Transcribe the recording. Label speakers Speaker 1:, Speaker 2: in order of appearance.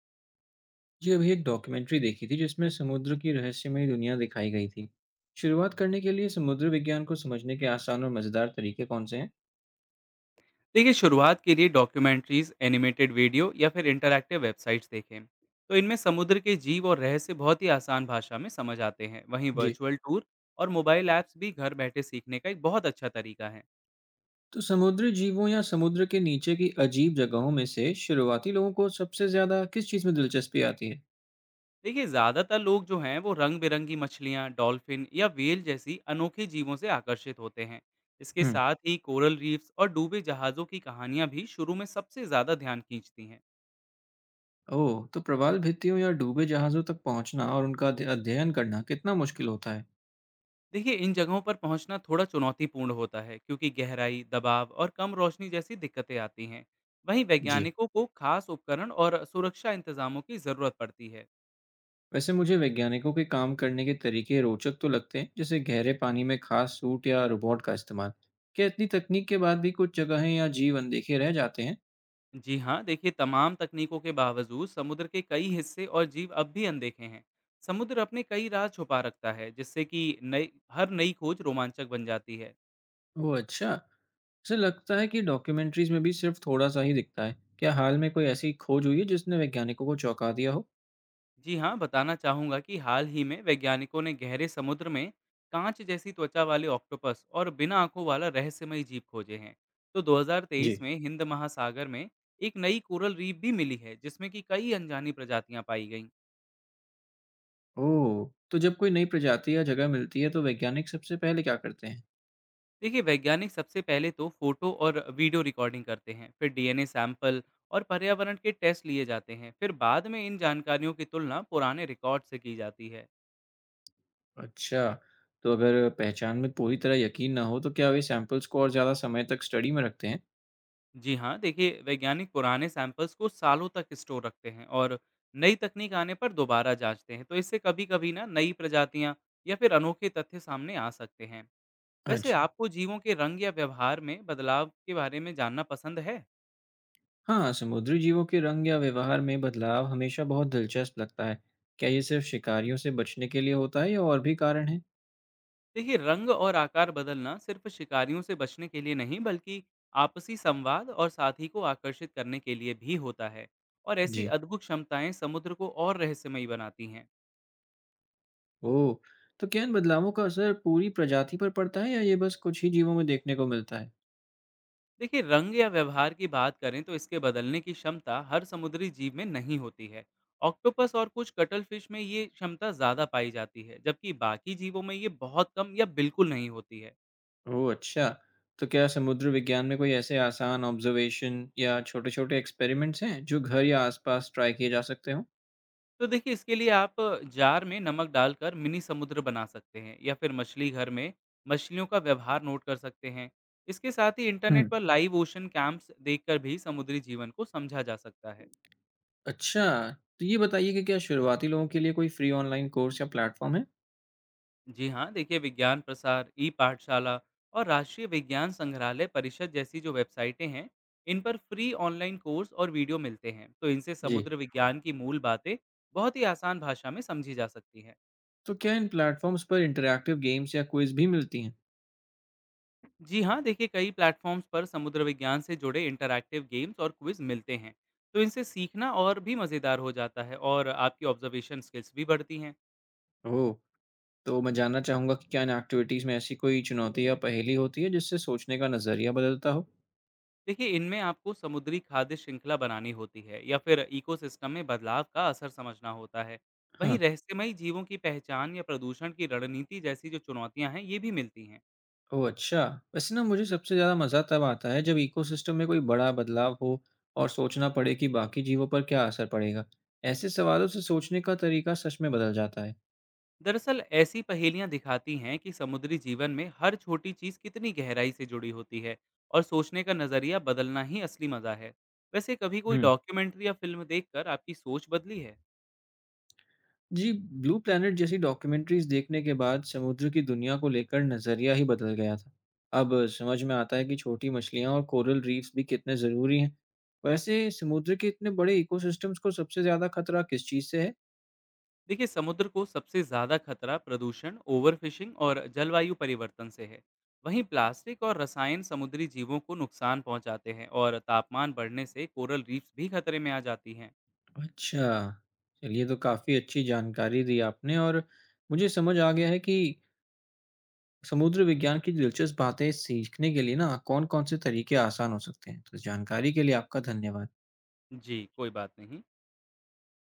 Speaker 1: जी, अभी एक डॉक्यूमेंट्री देखी थी जिसमें समुद्र की रहस्यमयी दुनिया दिखाई गई थी। शुरुआत करने के लिए समुद्र विज्ञान को समझने के आसान और मजेदार तरीके कौन से हैं?
Speaker 2: देखिए, शुरुआत के लिए डॉक्यूमेंट्रीज, एनिमेटेड वीडियो या फिर इंटरैक्टिव वेबसाइट्स देखें। तो इनमें समुद्र के जीव और रहस्य बहुत ही आसान भाषा में समझ आते हैं। वहीं
Speaker 1: जी।
Speaker 2: वर्चुअल टूर और मोबाइल ऐप्स भी घर बैठे सीखने का एक बहुत अच्छा तरीका है।
Speaker 1: तो समुद्री जीवों या समुद्र के नीचे की अजीब जगहों में से शुरुआती लोगों को सबसे ज्यादा किस चीज में दिलचस्पी आती है?
Speaker 2: देखिए, ज़्यादातर लोग जो हैं वो रंग बिरंगी मछलियाँ, डॉल्फिन या व्हेल जैसी अनोखे जीवों से आकर्षित होते हैं। इसके
Speaker 1: हम्म।
Speaker 2: साथ ही कोरल रीफ्स और डूबे जहाज़ों की कहानियाँ भी शुरू में सबसे ज़्यादा ध्यान खींचती हैं।
Speaker 1: ओह, तो प्रवाल भित्तियों या डूबे जहाजों तक पहुंचना और उनका अध्ययन करना कितना मुश्किल होता है?
Speaker 2: देखिए, इन जगहों पर पहुंचना थोड़ा चुनौतीपूर्ण होता है, क्योंकि गहराई, दबाव और कम रोशनी जैसी दिक्कतें आती हैं। वहीं
Speaker 1: जी।
Speaker 2: वैज्ञानिकों को खास उपकरण और सुरक्षा इंतजामों की ज़रूरत पड़ती है।
Speaker 1: वैसे मुझे वैज्ञानिकों के काम करने के तरीके रोचक तो लगते हैं, जैसे गहरे पानी में खास सूट या रोबोट का इस्तेमाल। क्या इतनी तकनीक के बाद भी कुछ जगहें या जीव अनदेखे रह जाते हैं?
Speaker 2: जी हाँ, देखिए, तमाम तकनीकों के बावजूद समुद्र के कई हिस्से और जीव अब भी अनदेखे हैं। समुद्र अपने कई राज छुपा रखता है, जिससे कि नई हर नई खोज रोमांचक बन जाती है।
Speaker 1: वो अच्छा, मुझे लगता है कि डॉक्यूमेंट्रीज में भी सिर्फ थोड़ा सा ही दिखता है। क्या हाल में कोई ऐसी खोज हुई है जिसने वैज्ञानिकों को चौंका दिया हो?
Speaker 2: जी हाँ, बताना चाहूँगा कि हाल ही में वैज्ञानिकों ने गहरे समुद्र में कांच जैसी त्वचा वाले ऑक्टोपस और बिना आंखों वाला रहस्यमय जीव खोजे हैं। तो
Speaker 1: जी।
Speaker 2: 2023 में हिंद महासागर में एक नई कोरल रीफ भी मिली है, जिसमें कि कई अनजानी प्रजातियां पाई गईं।
Speaker 1: ओह, तो जब कोई नई प्रजाति या जगह मिलती है तो वैज्ञानिक सबसे पहले क्या करते हैं?
Speaker 2: देखिए, वैज्ञानिक सबसे पहले तो फोटो और वीडियो रिकॉर्डिंग करते हैं, फिर डीएनए सैंपल और पर्यावरण के टेस्ट लिए जाते हैं, फिर बाद में इन जानकारियों की तुलना पुराने रिकॉर्ड से की जाती है।
Speaker 1: अच्छा। तो अगर पहचान में पूरी तरह यकीन ना हो तो क्या वे सैंपल्स को और ज़्यादा समय तक स्टडी में रखते हैं?
Speaker 2: जी हाँ, देखिए, वैज्ञानिक पुराने सैंपल्स को सालों तक स्टोर रखते हैं और नई तकनीक आने पर दोबारा जांचते हैं। तो इससे कभी-कभी ना नई प्रजातियां या फिर अनोखे तथ्य सामने आ सकते हैं। वैसे
Speaker 1: अच्छा।
Speaker 2: आपको जीवों के रंग या व्यवहार में बदलाव के बारे में जानना पसंद है?
Speaker 1: हाँ, समुद्री जीवों के रंग या व्यवहार में बदलाव हमेशा बहुत दिलचस्प लगता है। क्या ये सिर्फ शिकारियों से बचने के लिए होता है या और भी कारण है?
Speaker 2: देखिए, रंग और आकार बदलना सिर्फ शिकारियों से बचने के लिए नहीं, बल्कि आपसी संवाद और साथी को आकर्षित करने के लिए भी होता है। और ऐसी
Speaker 1: जी।
Speaker 2: अद्भुत क्षमताएं समुद्र को और रहस्यमयी बनाती हैं।
Speaker 1: ओह, तो क्या इन बदलावों का असर पूरी प्रजाति पर पड़ता है या ये बस कुछ ही जीवों में देखने को मिलता है?
Speaker 2: देखिए, रंग या व्यवहार की बात करें तो इसके बदलने की क्षमता हर समुद्री जीव में नहीं होती है। ऑक्टोपस और कुछ कटल फिश में ये क्षमता ज़्यादा पाई जाती है, जबकि बाकी जीवों में ये बहुत कम या बिल्कुल नहीं होती है।
Speaker 1: ओह अच्छा। तो क्या समुद्र विज्ञान में कोई ऐसे आसान ऑब्जर्वेशन या छोटे छोटे एक्सपेरिमेंट्स हैं जो घर या आसपास ट्राई किए जा सकते हों?
Speaker 2: तो देखिए, इसके लिए आप जार में नमक डालकर मिनी समुद्र बना सकते हैं या फिर मछली घर में मछलियों का व्यवहार नोट कर सकते हैं। इसके साथ ही इंटरनेट
Speaker 1: हम्म।
Speaker 2: पर लाइव ओशन कैंप्स देखकर भी समुद्री जीवन को समझा जा सकता है।
Speaker 1: अच्छा। तो ये बताइए कि क्या शुरुआती लोगों के लिए कोई फ्री ऑनलाइन कोर्स या प्लेटफॉर्म है?
Speaker 2: जी हाँ, देखिए, विज्ञान प्रसार, ई पाठशाला और राष्ट्रीय विज्ञान संग्रहालय परिषद जैसी जो वेबसाइटें हैं, इन पर फ्री ऑनलाइन कोर्स और वीडियो मिलते हैं। तो इनसे
Speaker 1: जी।
Speaker 2: समुद्र विज्ञान की मूल बातें बहुत ही आसान भाषा में समझी जा सकती हैं।
Speaker 1: तो क्या इन प्लेटफॉर्म्स पर इंटरैक्टिव गेम्स या क्विज भी मिलती हैं?
Speaker 2: जी हाँ, देखिए, कई प्लेटफॉर्म्स पर समुद्र विज्ञान से जुड़े इंटरैक्टिव गेम्स और क्विज मिलते हैं। तो इनसे सीखना और भी मज़ेदार हो जाता है और आपकी ऑब्जर्वेशन स्किल्स भी बढ़ती हैं।
Speaker 1: ओह! तो मैं जानना चाहूँगा कि क्या इन एक्टिविटीज़ में ऐसी कोई चुनौती या पहेली होती है जिससे सोचने का नज़रिया बदलता हो?
Speaker 2: देखिए, इनमें आपको समुद्री खाद्य श्रृंखला बनानी होती है या फिर इकोसिस्टम में बदलाव का असर समझना होता है। वहीं
Speaker 1: हाँ।
Speaker 2: रहस्यमयी जीवों की पहचान या प्रदूषण की रणनीति जैसी जो चुनौतियां हैं, ये भी मिलती हैं।
Speaker 1: ओह अच्छा! वैसे ना, मुझे सबसे ज़्यादा मज़ा तब आता है जब इकोसिस्टम में कोई बड़ा बदलाव हो और सोचना पड़े कि बाकी जीवों पर क्या असर पड़ेगा। ऐसे सवालों से सोचने का तरीका सच में बदल जाता है।
Speaker 2: दरअसल ऐसी पहेलियां दिखाती हैं कि समुद्री जीवन में हर छोटी चीज कितनी गहराई से जुड़ी होती है और सोचने का नजरिया बदलना ही असली मजा है। वैसे कभी कोई
Speaker 1: हुँ।
Speaker 2: डॉक्यूमेंट्री या फिल्म देखकर आपकी सोच बदली है?
Speaker 1: जी, ब्लू प्लैनेट जैसी डॉक्यूमेंट्रीज देखने के बाद समुद्र की दुनिया को लेकर नजरिया ही बदल गया था। अब समझ में आता है कि छोटी मछलियां और कोरल रीफ्स भी कितने जरूरी हैं। वैसे समुद्र के इतने बड़े इकोसिस्टम्स को सबसे ज्यादा खतरा किस चीज से है?
Speaker 2: देखिए, समुद्र को सबसे ज़्यादा खतरा प्रदूषण, ओवरफिशिंग और जलवायु परिवर्तन से है। वहीं प्लास्टिक और रसायन समुद्री जीवों को नुकसान पहुंचाते हैं और तापमान बढ़ने से कोरल रीफ्स भी खतरे में आ जाती हैं।
Speaker 1: अच्छा। चलिए, तो काफी अच्छी जानकारी दी आपने, और मुझे समझ आ गया है कि समुद्र विज्ञान की दिलचस्प बातें सीखने के लिए ना कौन कौन से तरीके आसान हो सकते हैं। तो इस जानकारी के लिए आपका धन्यवाद।
Speaker 2: जी, कोई बात नहीं।